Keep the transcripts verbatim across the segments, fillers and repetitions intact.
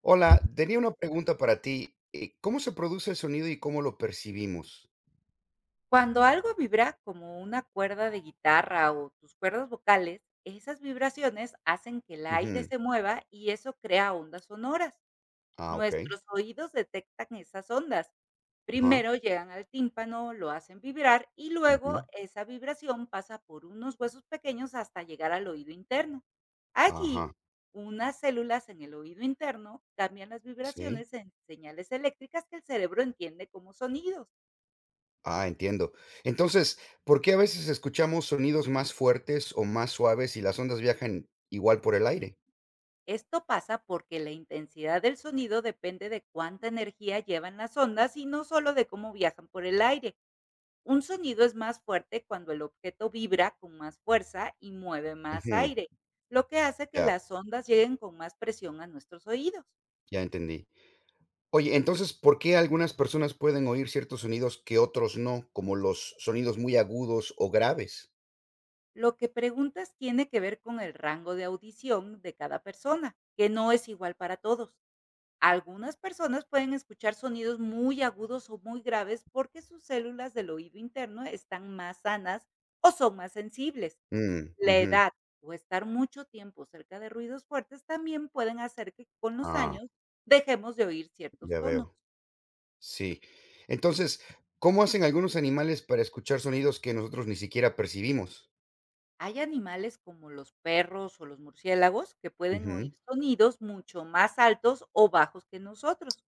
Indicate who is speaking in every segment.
Speaker 1: Hola, tenía una pregunta para ti. eh, ¿Cómo se produce el sonido y cómo lo percibimos?
Speaker 2: Cuando algo vibra como una cuerda de guitarra o tus cuerdas vocales, esas vibraciones hacen que el aire
Speaker 1: Ujú.
Speaker 2: se mueva y eso crea ondas sonoras.
Speaker 1: Ah, ok.
Speaker 2: Nuestros oídos detectan esas ondas.
Speaker 1: Ajá.
Speaker 2: Primero llegan al tímpano, lo hacen vibrar y luego
Speaker 1: Ujú.
Speaker 2: esa vibración pasa por unos huesos pequeños hasta llegar al oído interno. Allí,
Speaker 1: Ajá.
Speaker 2: unas células en el oído interno cambian las
Speaker 1: Sí.
Speaker 2: vibraciones en señales eléctricas que el cerebro entiende como sonidos.
Speaker 1: Ah, entiendo. Entonces, ¿por qué a veces escuchamos sonidos más fuertes o más suaves si las ondas viajan igual por el aire?
Speaker 2: Esto pasa porque la intensidad del sonido depende de cuánta energía llevan las ondas y no solo de cómo viajan por el aire. Un sonido es más fuerte cuando el objeto vibra con más fuerza y mueve más
Speaker 1: Ujú.
Speaker 2: aire, lo que hace que
Speaker 1: Ya,
Speaker 2: las ondas lleguen con más presión a nuestros oídos.
Speaker 1: ya entendí. Oye, entonces, ¿por qué algunas personas pueden oír ciertos sonidos que otros no, como los sonidos muy agudos o graves?
Speaker 2: Lo que preguntas tiene que ver con el rango de audición de cada persona, que no es igual para todos. Algunas personas pueden escuchar sonidos muy agudos o muy graves porque sus células del oído interno están más sanas o son más sensibles.
Speaker 1: Mm,
Speaker 2: La
Speaker 1: ujú.
Speaker 2: edad o estar mucho tiempo cerca de ruidos fuertes también pueden hacer que con los
Speaker 1: Ah,
Speaker 2: años dejemos de oír ciertos
Speaker 1: ya
Speaker 2: tonos.
Speaker 1: veo. Sí. Entonces, ¿cómo hacen algunos animales para escuchar sonidos que nosotros ni siquiera percibimos?
Speaker 2: Hay animales como los perros o los murciélagos que pueden oír
Speaker 1: Ujú.
Speaker 2: sonidos mucho más altos o bajos que nosotros.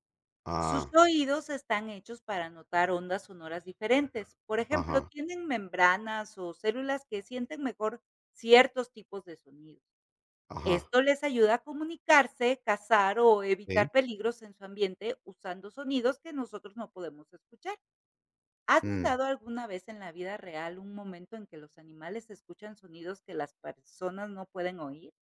Speaker 2: Sus
Speaker 1: Ah,
Speaker 2: oídos están hechos para notar ondas sonoras diferentes. Por ejemplo,
Speaker 1: ajá,
Speaker 2: tienen membranas o células que sienten mejor ciertos tipos de sonidos.
Speaker 1: ajá.
Speaker 2: Esto les ayuda a comunicarse, cazar o
Speaker 1: Okey.
Speaker 2: evitar peligros en su ambiente usando sonidos que nosotros no podemos escuchar. ¿Has
Speaker 1: Mm.
Speaker 2: notado alguna vez en la vida real un momento en que los animales escuchan sonidos que las personas no pueden oír?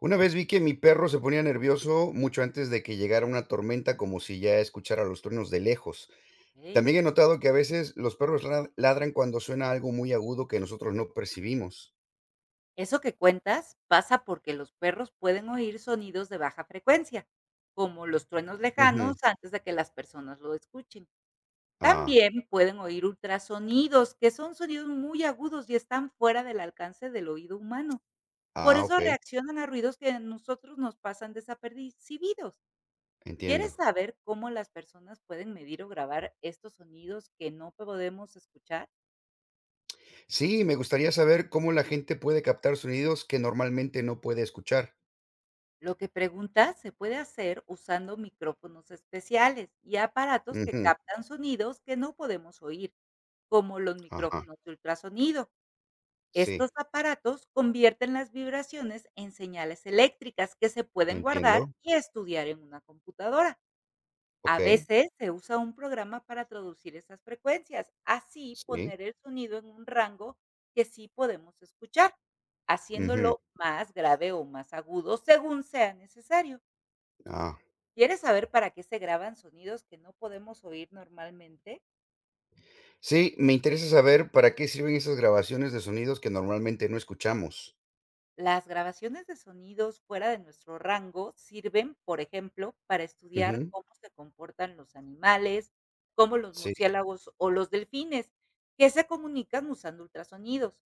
Speaker 1: Una vez vi que mi perro se ponía nervioso mucho antes de que llegara una tormenta, como si ya escuchara los truenos de lejos.
Speaker 2: Ok.
Speaker 1: También he notado que a veces los perros lad ladran cuando suena algo muy agudo que nosotros no percibimos.
Speaker 2: Eso que cuentas pasa porque los perros pueden oír sonidos de baja frecuencia, como los truenos
Speaker 1: Ujú.
Speaker 2: lejanos antes de que las personas lo escuchen.
Speaker 1: Ah,
Speaker 2: También pueden oír ultrasonidos, que son sonidos muy agudos y están fuera del alcance del oído humano. Por
Speaker 1: ah,
Speaker 2: eso
Speaker 1: okey,
Speaker 2: reaccionan a ruidos que a nosotros nos pasan desapercibidos. ¿Quieres
Speaker 1: entiendo.
Speaker 2: saber cómo las personas pueden medir o grabar estos sonidos que no podemos escuchar?
Speaker 1: Sí, me gustaría saber cómo la gente puede captar sonidos que normalmente no puede escuchar.
Speaker 2: Lo que preguntas se puede hacer usando micrófonos especiales y aparatos que captan sonidos que no podemos oír, como los
Speaker 1: Ajá,
Speaker 2: micrófonos de ultrasonido. Estos
Speaker 1: sí,
Speaker 2: aparatos convierten las vibraciones en señales eléctricas que se pueden
Speaker 1: entiendo.
Speaker 2: guardar y estudiar en una computadora. A
Speaker 1: Okey,
Speaker 2: veces se usa un programa para traducir esas frecuencias, así
Speaker 1: sí.
Speaker 2: poner el sonido en un rango que sí podemos escuchar,
Speaker 1: Ujú,
Speaker 2: haciéndolo más grave o más agudo según sea necesario.
Speaker 1: ah.
Speaker 2: ¿Quieres saber para qué se graban sonidos que no podemos oír normalmente?
Speaker 1: Sí, me interesa saber para qué sirven esas grabaciones de sonidos que normalmente no escuchamos.
Speaker 2: Las grabaciones de sonidos fuera de nuestro rango sirven, por ejemplo, para estudiar
Speaker 1: Ujú,
Speaker 2: cómo se comportan los animales, como los
Speaker 1: sí.
Speaker 2: murciélagos o los delfines, que se comunican usando ultrasonidos.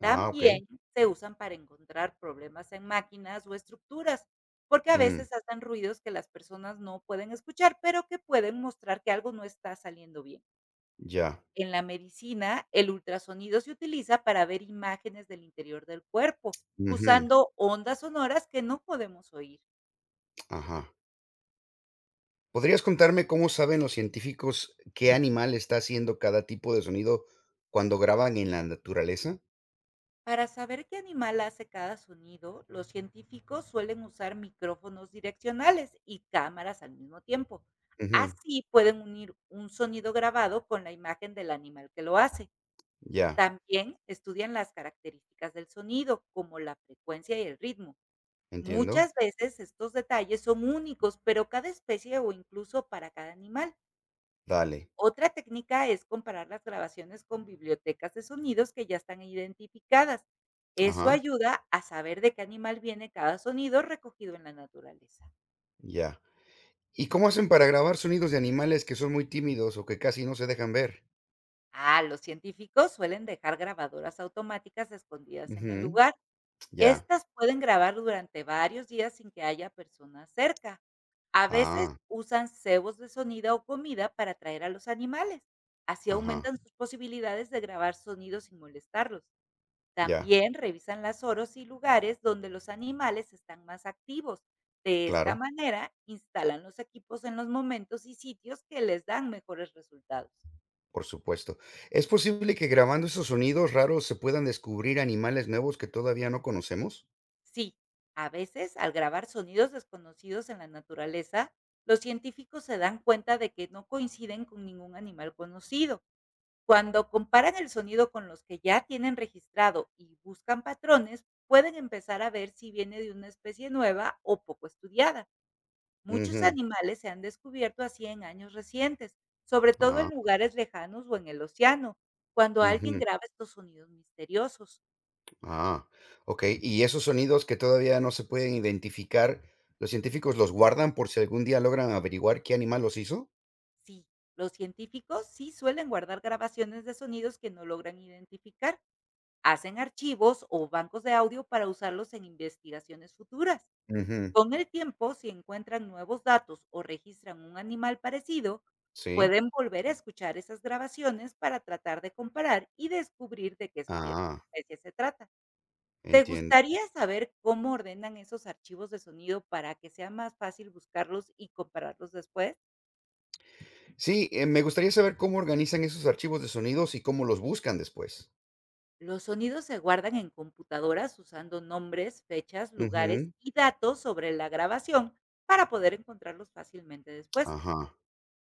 Speaker 1: Ah, okey.
Speaker 2: También se usan para encontrar problemas en máquinas o estructuras, porque a
Speaker 1: Mm,
Speaker 2: veces hacen ruidos que las personas no pueden escuchar, pero que pueden mostrar que algo no está saliendo bien.
Speaker 1: ya.
Speaker 2: En la medicina, el ultrasonido se utiliza para ver imágenes del interior del cuerpo,
Speaker 1: Ujú,
Speaker 2: usando ondas sonoras que no podemos oír.
Speaker 1: ajá. ¿Podrías contarme cómo saben los científicos qué animal está haciendo cada tipo de sonido cuando graban en la naturaleza?
Speaker 2: Para saber qué animal hace cada sonido, los científicos suelen usar micrófonos direccionales y cámaras al mismo tiempo.
Speaker 1: Ujú,
Speaker 2: Así pueden unir un sonido grabado con la imagen del animal que lo hace.
Speaker 1: ya,
Speaker 2: También estudian las características del sonido, como la frecuencia y el ritmo.
Speaker 1: entiendo.
Speaker 2: Muchas veces estos detalles son únicos, pero cada especie o incluso para cada animal.
Speaker 1: Dale.
Speaker 2: Otra técnica es comparar las grabaciones con bibliotecas de sonidos que ya están identificadas. Eso
Speaker 1: Ajá,
Speaker 2: ayuda a saber de qué animal viene cada sonido recogido en la naturaleza.
Speaker 1: ya. ¿Y cómo hacen para grabar sonidos de animales que son muy tímidos o que casi no se dejan ver?
Speaker 2: Ah, los científicos suelen dejar grabadoras automáticas escondidas en el
Speaker 1: Ujú,
Speaker 2: lugar.
Speaker 1: ya.
Speaker 2: Estas pueden grabar durante varios días sin que haya personas cerca. A veces
Speaker 1: Ah,
Speaker 2: usan cebos de sonido o comida para atraer a los animales. Así
Speaker 1: ajá,
Speaker 2: aumentan sus posibilidades de grabar sonidos sin molestarlos.
Speaker 1: ya,
Speaker 2: También revisan las oros y lugares donde los animales están más activos. De esta
Speaker 1: claro,
Speaker 2: manera, instalan los equipos en los momentos y sitios que les dan mejores resultados.
Speaker 1: por supuesto. ¿Es posible que grabando esos sonidos raros se puedan descubrir animales nuevos que todavía no conocemos?
Speaker 2: Sí, a veces al grabar sonidos desconocidos en la naturaleza, los científicos se dan cuenta de que no coinciden con ningún animal conocido. Cuando comparan el sonido con los que ya tienen registrado y buscan patrones, pueden empezar a ver si viene de una especie nueva o poco estudiada. Muchos
Speaker 1: Ujú,
Speaker 2: animales se han descubierto así en años recientes, sobre todo en
Speaker 1: ah,
Speaker 2: lugares lejanos o en el océano, cuando alguien
Speaker 1: ujú,
Speaker 2: graba estos sonidos misteriosos.
Speaker 1: ah, ok. ¿Y esos sonidos que todavía no se pueden identificar, los científicos los guardan por si algún día logran averiguar qué animal los hizo?
Speaker 2: Sí, los científicos sí suelen guardar grabaciones de sonidos que no logran identificar, hacen archivos o bancos de audio para usarlos en investigaciones futuras.
Speaker 1: Ujú,
Speaker 2: Con el tiempo, si encuentran nuevos datos o registran un animal parecido,
Speaker 1: sí.
Speaker 2: pueden volver a escuchar esas grabaciones para tratar de comparar y descubrir de qué espe-
Speaker 1: Ah,
Speaker 2: especie se trata. ¿Te
Speaker 1: entiendo.
Speaker 2: gustaría saber cómo ordenan esos archivos de sonido para que sea más fácil buscarlos y compararlos después?
Speaker 1: Sí, eh, me gustaría saber cómo organizan esos archivos de sonidos y cómo los buscan después.
Speaker 2: Los sonidos se guardan en computadoras usando nombres, fechas, lugares
Speaker 1: Ujú.
Speaker 2: y datos sobre la grabación para poder encontrarlos fácilmente después.
Speaker 1: Ajá,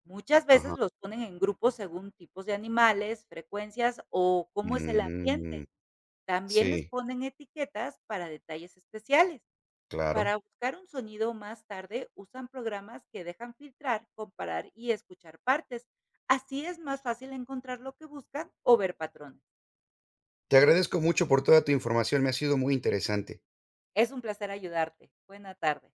Speaker 2: Muchas veces
Speaker 1: ajá.
Speaker 2: los ponen en grupos según tipos de animales, frecuencias o cómo es el ambiente.
Speaker 1: Mm,
Speaker 2: También les
Speaker 1: sí,
Speaker 2: ponen etiquetas para detalles especiales. Para
Speaker 1: claro.
Speaker 2: buscar un sonido más tarde, usan programas que dejan filtrar, comparar y escuchar partes. Así es más fácil encontrar lo que buscan o ver patrones.
Speaker 1: Te agradezco mucho por toda tu información, me ha sido muy interesante.
Speaker 2: Es un placer ayudarte. Buena tarde.